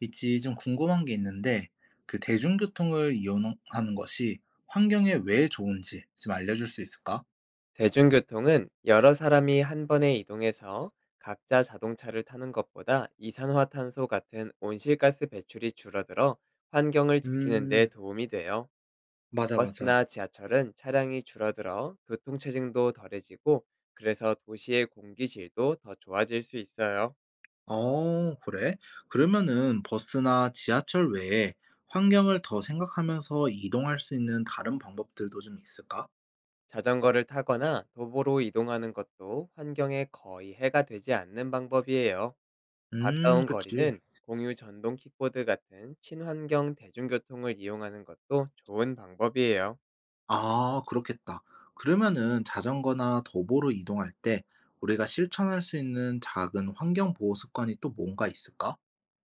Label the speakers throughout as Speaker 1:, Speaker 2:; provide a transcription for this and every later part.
Speaker 1: 있지, 좀 궁금한 게 있는데, 그 대중교통을 이용하는 것이 환경에 왜 좋은지 좀 알려줄 수 있을까?
Speaker 2: 대중교통은 여러 사람이 한 번에 이동해서 각자 자동차를 타는 것보다 이산화탄소 같은 온실가스 배출이 줄어들어 환경을 지키는 데
Speaker 1: 음,
Speaker 2: 도움이 돼요.
Speaker 1: 맞아, 맞아.
Speaker 2: 버스나 지하철은 차량이 줄어들어 교통체증도 덜해지고, 그래서 도시의 공기질도 더 좋아질 수 있어요.
Speaker 1: 어, 그래? 그러면은 버스나 지하철 외에 환경을 더 생각하면서 이동할 수 있는 다른 방법들도 좀 있을까?
Speaker 2: 자전거를 타거나 도보로 이동하는 것도 환경에 거의 해가 되지 않는 방법이에요. 가까운
Speaker 1: 그치.
Speaker 2: 거리는 공유 전동 킥보드 같은 친환경 대중교통을 이용하는 것도 좋은 방법이에요.
Speaker 1: 아, 그렇겠다. 그러면은 자전거나 도보로 이동할 때 우리가 실천할 수 있는 작은 환경 보호 습관이 또 뭔가 있을까?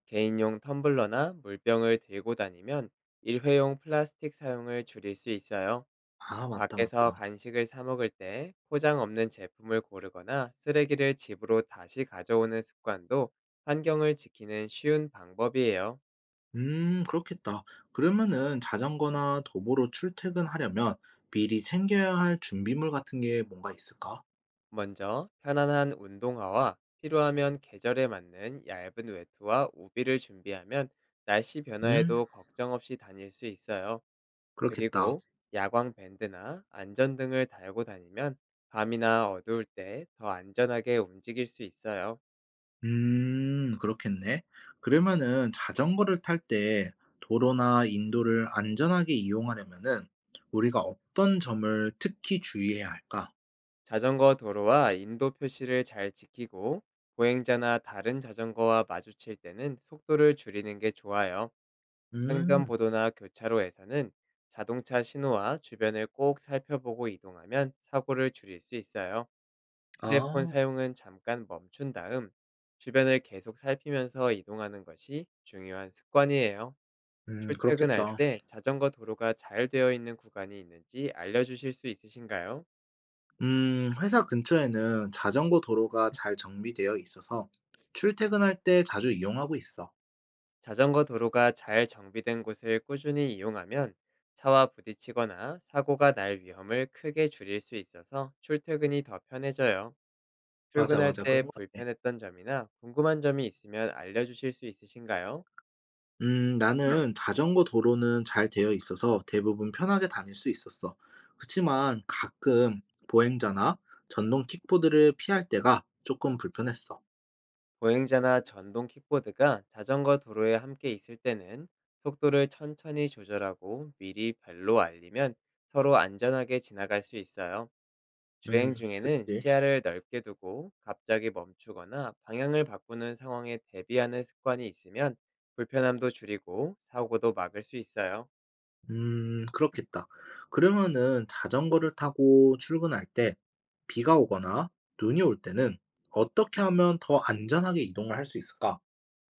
Speaker 2: 개인용 텀블러나 물병을 들고 다니면 일회용 플라스틱 사용을 줄일 수 있어요.
Speaker 1: 아, 맞다,
Speaker 2: 밖에서
Speaker 1: 맞다.
Speaker 2: 간식을 사 먹을 때 포장 없는 제품을 고르거나 쓰레기를 집으로 다시 가져오는 습관도 환경을 지키는 쉬운 방법이에요.
Speaker 1: 그렇겠다. 그러면은 자전거나 도보로 출퇴근하려면 미리 챙겨야 할 준비물 같은 게 뭔가 있을까?
Speaker 2: 먼저 편안한 운동화와, 필요하면 계절에 맞는 얇은 외투와 우비를 준비하면 날씨
Speaker 1: 음,
Speaker 2: 변화에도 걱정 없이 다닐 수 있어요.
Speaker 1: 그렇겠다.
Speaker 2: 그리고 야광 밴드나 안전등을 달고 다니면 밤이나 어두울 때 더 안전하게 움직일 수 있어요.
Speaker 1: 그렇겠네. 그러면은 자전거를 탈 때 도로나 인도를 안전하게 이용하려면은 우리가 어떤 점을 특히 주의해야 할까?
Speaker 2: 자전거 도로와 인도 표시를 잘 지키고, 보행자나 다른 자전거와 마주칠 때는 속도를 줄이는 게 좋아요.
Speaker 1: 음,
Speaker 2: 횡단보도나 교차로에서는 자동차 신호와 주변을 꼭 살펴보고 이동하면 사고를 줄일 수 있어요. 휴대폰
Speaker 1: 아,
Speaker 2: 사용은 잠깐 멈춘 다음 주변을 계속 살피면서 이동하는 것이 중요한 습관이에요. 출퇴근할
Speaker 1: 그렇겠다.
Speaker 2: 때 자전거 도로가 잘 되어 있는 구간이 있는지 알려주실 수 있으신가요?
Speaker 1: 회사 근처에는 자전거 도로가 잘 정비되어 있어서 출퇴근할 때 자주 이용하고 있어.
Speaker 2: 자전거 도로가 잘 정비된 곳을 꾸준히 이용하면 차와 부딪히거나 사고가 날 위험을 크게 줄일 수 있어서 출퇴근이 더 편해져요.
Speaker 1: 맞아,
Speaker 2: 출근할
Speaker 1: 맞아.
Speaker 2: 때
Speaker 1: 그런 것 같아.
Speaker 2: 불편했던 점이나 궁금한 점이 있으면 알려주실 수 있으신가요?
Speaker 1: 나는
Speaker 2: 음,
Speaker 1: 자전거 도로는 잘 되어 있어서 대부분 편하게 다닐 수 있었어. 그치만 가끔 보행자나 전동 킥보드를 피할 때가 조금 불편했어.
Speaker 2: 보행자나 전동 킥보드가 자전거 도로에 함께 있을 때는 속도를 천천히 조절하고 미리 발로 알리면 서로 안전하게 지나갈 수 있어요. 주행 중에는
Speaker 1: 그치.
Speaker 2: 시야를 넓게 두고 갑자기 멈추거나 방향을 바꾸는 상황에 대비하는 습관이 있으면 불편함도 줄이고 사고도 막을 수 있어요.
Speaker 1: 그렇겠다. 그러면은 자전거를 타고 출근할 때 비가 오거나 눈이 올 때는 어떻게 하면 더 안전하게 이동을 할 수 있을까?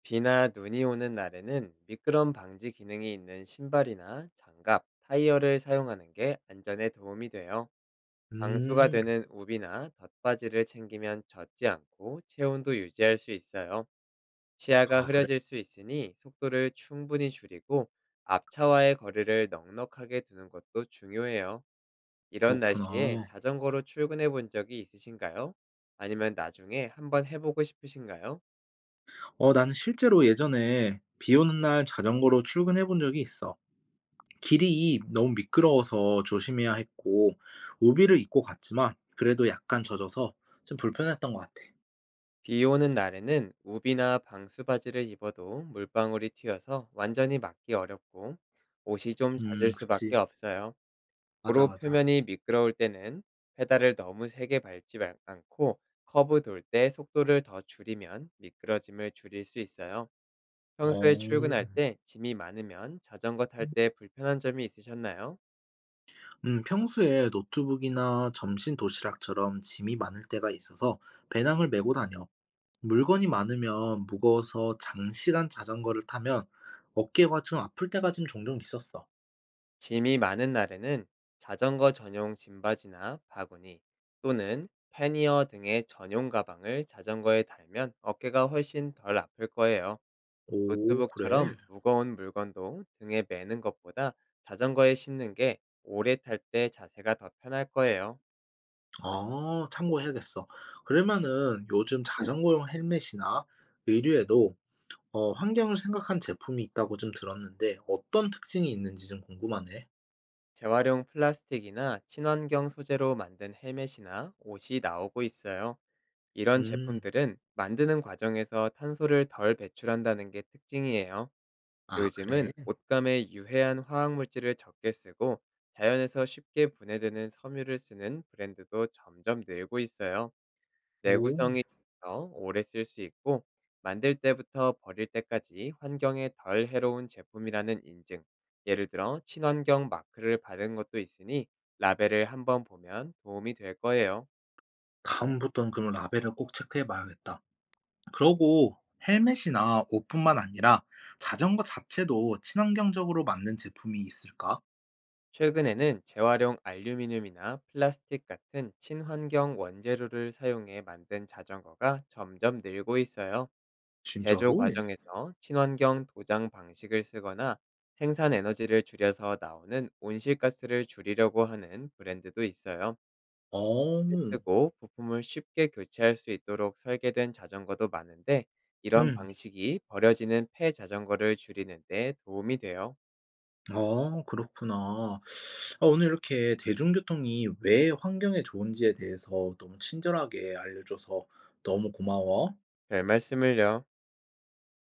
Speaker 2: 비나 눈이 오는 날에는 미끄럼 방지 기능이 있는 신발이나 장갑, 타이어를 사용하는 게 안전에 도움이 돼요. 방수가
Speaker 1: 음,
Speaker 2: 되는 우비나 덧바지를 챙기면 젖지 않고 체온도 유지할 수 있어요. 시야가
Speaker 1: 아, 그래.
Speaker 2: 흐려질 수 있으니 속도를 충분히 줄이고 앞차와의 거리를 넉넉하게 두는 것도 중요해요. 이런 날씨에
Speaker 1: 그렇구나.
Speaker 2: 자전거로 출근해 본 적이 있으신가요? 아니면 나중에 한번 해보고 싶으신가요?
Speaker 1: 어, 나는 실제로 예전에 비 오는 날 자전거로 출근해 본 적이 있어. 길이 너무 미끄러워서 조심해야 했고, 우비를 입고 갔지만, 그래도 약간 젖어서 좀 불편했던 것 같아.
Speaker 2: 비 오는 날에는 우비나 방수바지를 입어도 물방울이 튀어서 완전히 막기 어렵고 옷이 좀 젖을 수밖에
Speaker 1: 그치.
Speaker 2: 없어요.
Speaker 1: 맞아,
Speaker 2: 도로
Speaker 1: 맞아.
Speaker 2: 표면이 미끄러울 때는 페달을 너무 세게 밟지 않고 커브 돌 때 속도를 더 줄이면 미끄러짐을 줄일 수 있어요. 평소에
Speaker 1: 어,
Speaker 2: 출근할 때 짐이 많으면 자전거 탈 때 불편한 점이 있으셨나요?
Speaker 1: 평소에 노트북이나 점심 도시락처럼 짐이 많을 때가 있어서 배낭을 메고 다녀. 물건이 많으면 무거워서 장시간 자전거를 타면 어깨가 좀 아플 때가 좀 종종 있었어.
Speaker 2: 짐이 많은 날에는 자전거 전용 짐바지나 바구니, 또는 패니어 등의 전용 가방을 자전거에 달면 어깨가 훨씬 덜 아플 거예요.
Speaker 1: 오, 그래.
Speaker 2: 노트북처럼 무거운 물건도 등에 매는 것보다 자전거에 싣는 게 오래 탈 때 자세가 더 편할 거예요.
Speaker 1: 아, 참고해야겠어. 그러면은 요즘 자전거용 헬멧이나 의류에도 환경을 생각한 제품이 있다고 좀 들었는데 어떤 특징이 있는지 좀 궁금하네.
Speaker 2: 재활용 플라스틱이나 친환경 소재로 만든 헬멧이나 옷이 나오고 있어요. 이런
Speaker 1: 음.
Speaker 2: 제품들은 만드는 과정에서 탄소를 덜 배출한다는 게 특징이에요.
Speaker 1: 아, 그래?
Speaker 2: 요즘은 옷감에 유해한 화학물질을 적게 쓰고 자연에서 쉽게 분해되는 섬유를 쓰는 브랜드도 점점 늘고 있어요.
Speaker 1: 오.
Speaker 2: 내구성이 좋아서 오래 쓸 수 있고, 만들 때부터 버릴 때까지 환경에 덜 해로운 제품이라는 인증, 예를 들어 친환경 마크를 받은 것도 있으니 라벨을 한번 보면 도움이 될 거예요.
Speaker 1: 다음부터는 그럼 라벨을 꼭 체크해 봐야겠다. 그러고 헬멧이나 옷뿐만 아니라 자전거 자체도 친환경적으로 만든 제품이 있을까?
Speaker 2: 최근에는 재활용 알루미늄이나 플라스틱 같은 친환경 원재료를 사용해 만든 자전거가 점점 늘고 있어요. 제조
Speaker 1: 진짜로?
Speaker 2: 과정에서 친환경 도장 방식을 쓰거나 생산 에너지를 줄여서 나오는 온실가스를 줄이려고 하는 브랜드도 있어요.
Speaker 1: 어.
Speaker 2: 쓰고 부품을 쉽게 교체할 수 있도록 설계된 자전거도 많은데 이런
Speaker 1: 음.
Speaker 2: 방식이 버려지는 폐 자전거를 줄이는 데 도움이 돼요.
Speaker 1: 아, 그렇구나. 아, 오늘 이렇게 대중교통이 왜 환경에 좋은지에 대해서 너무 친절하게 알려줘서 너무 고마워.
Speaker 2: 별 말씀을요.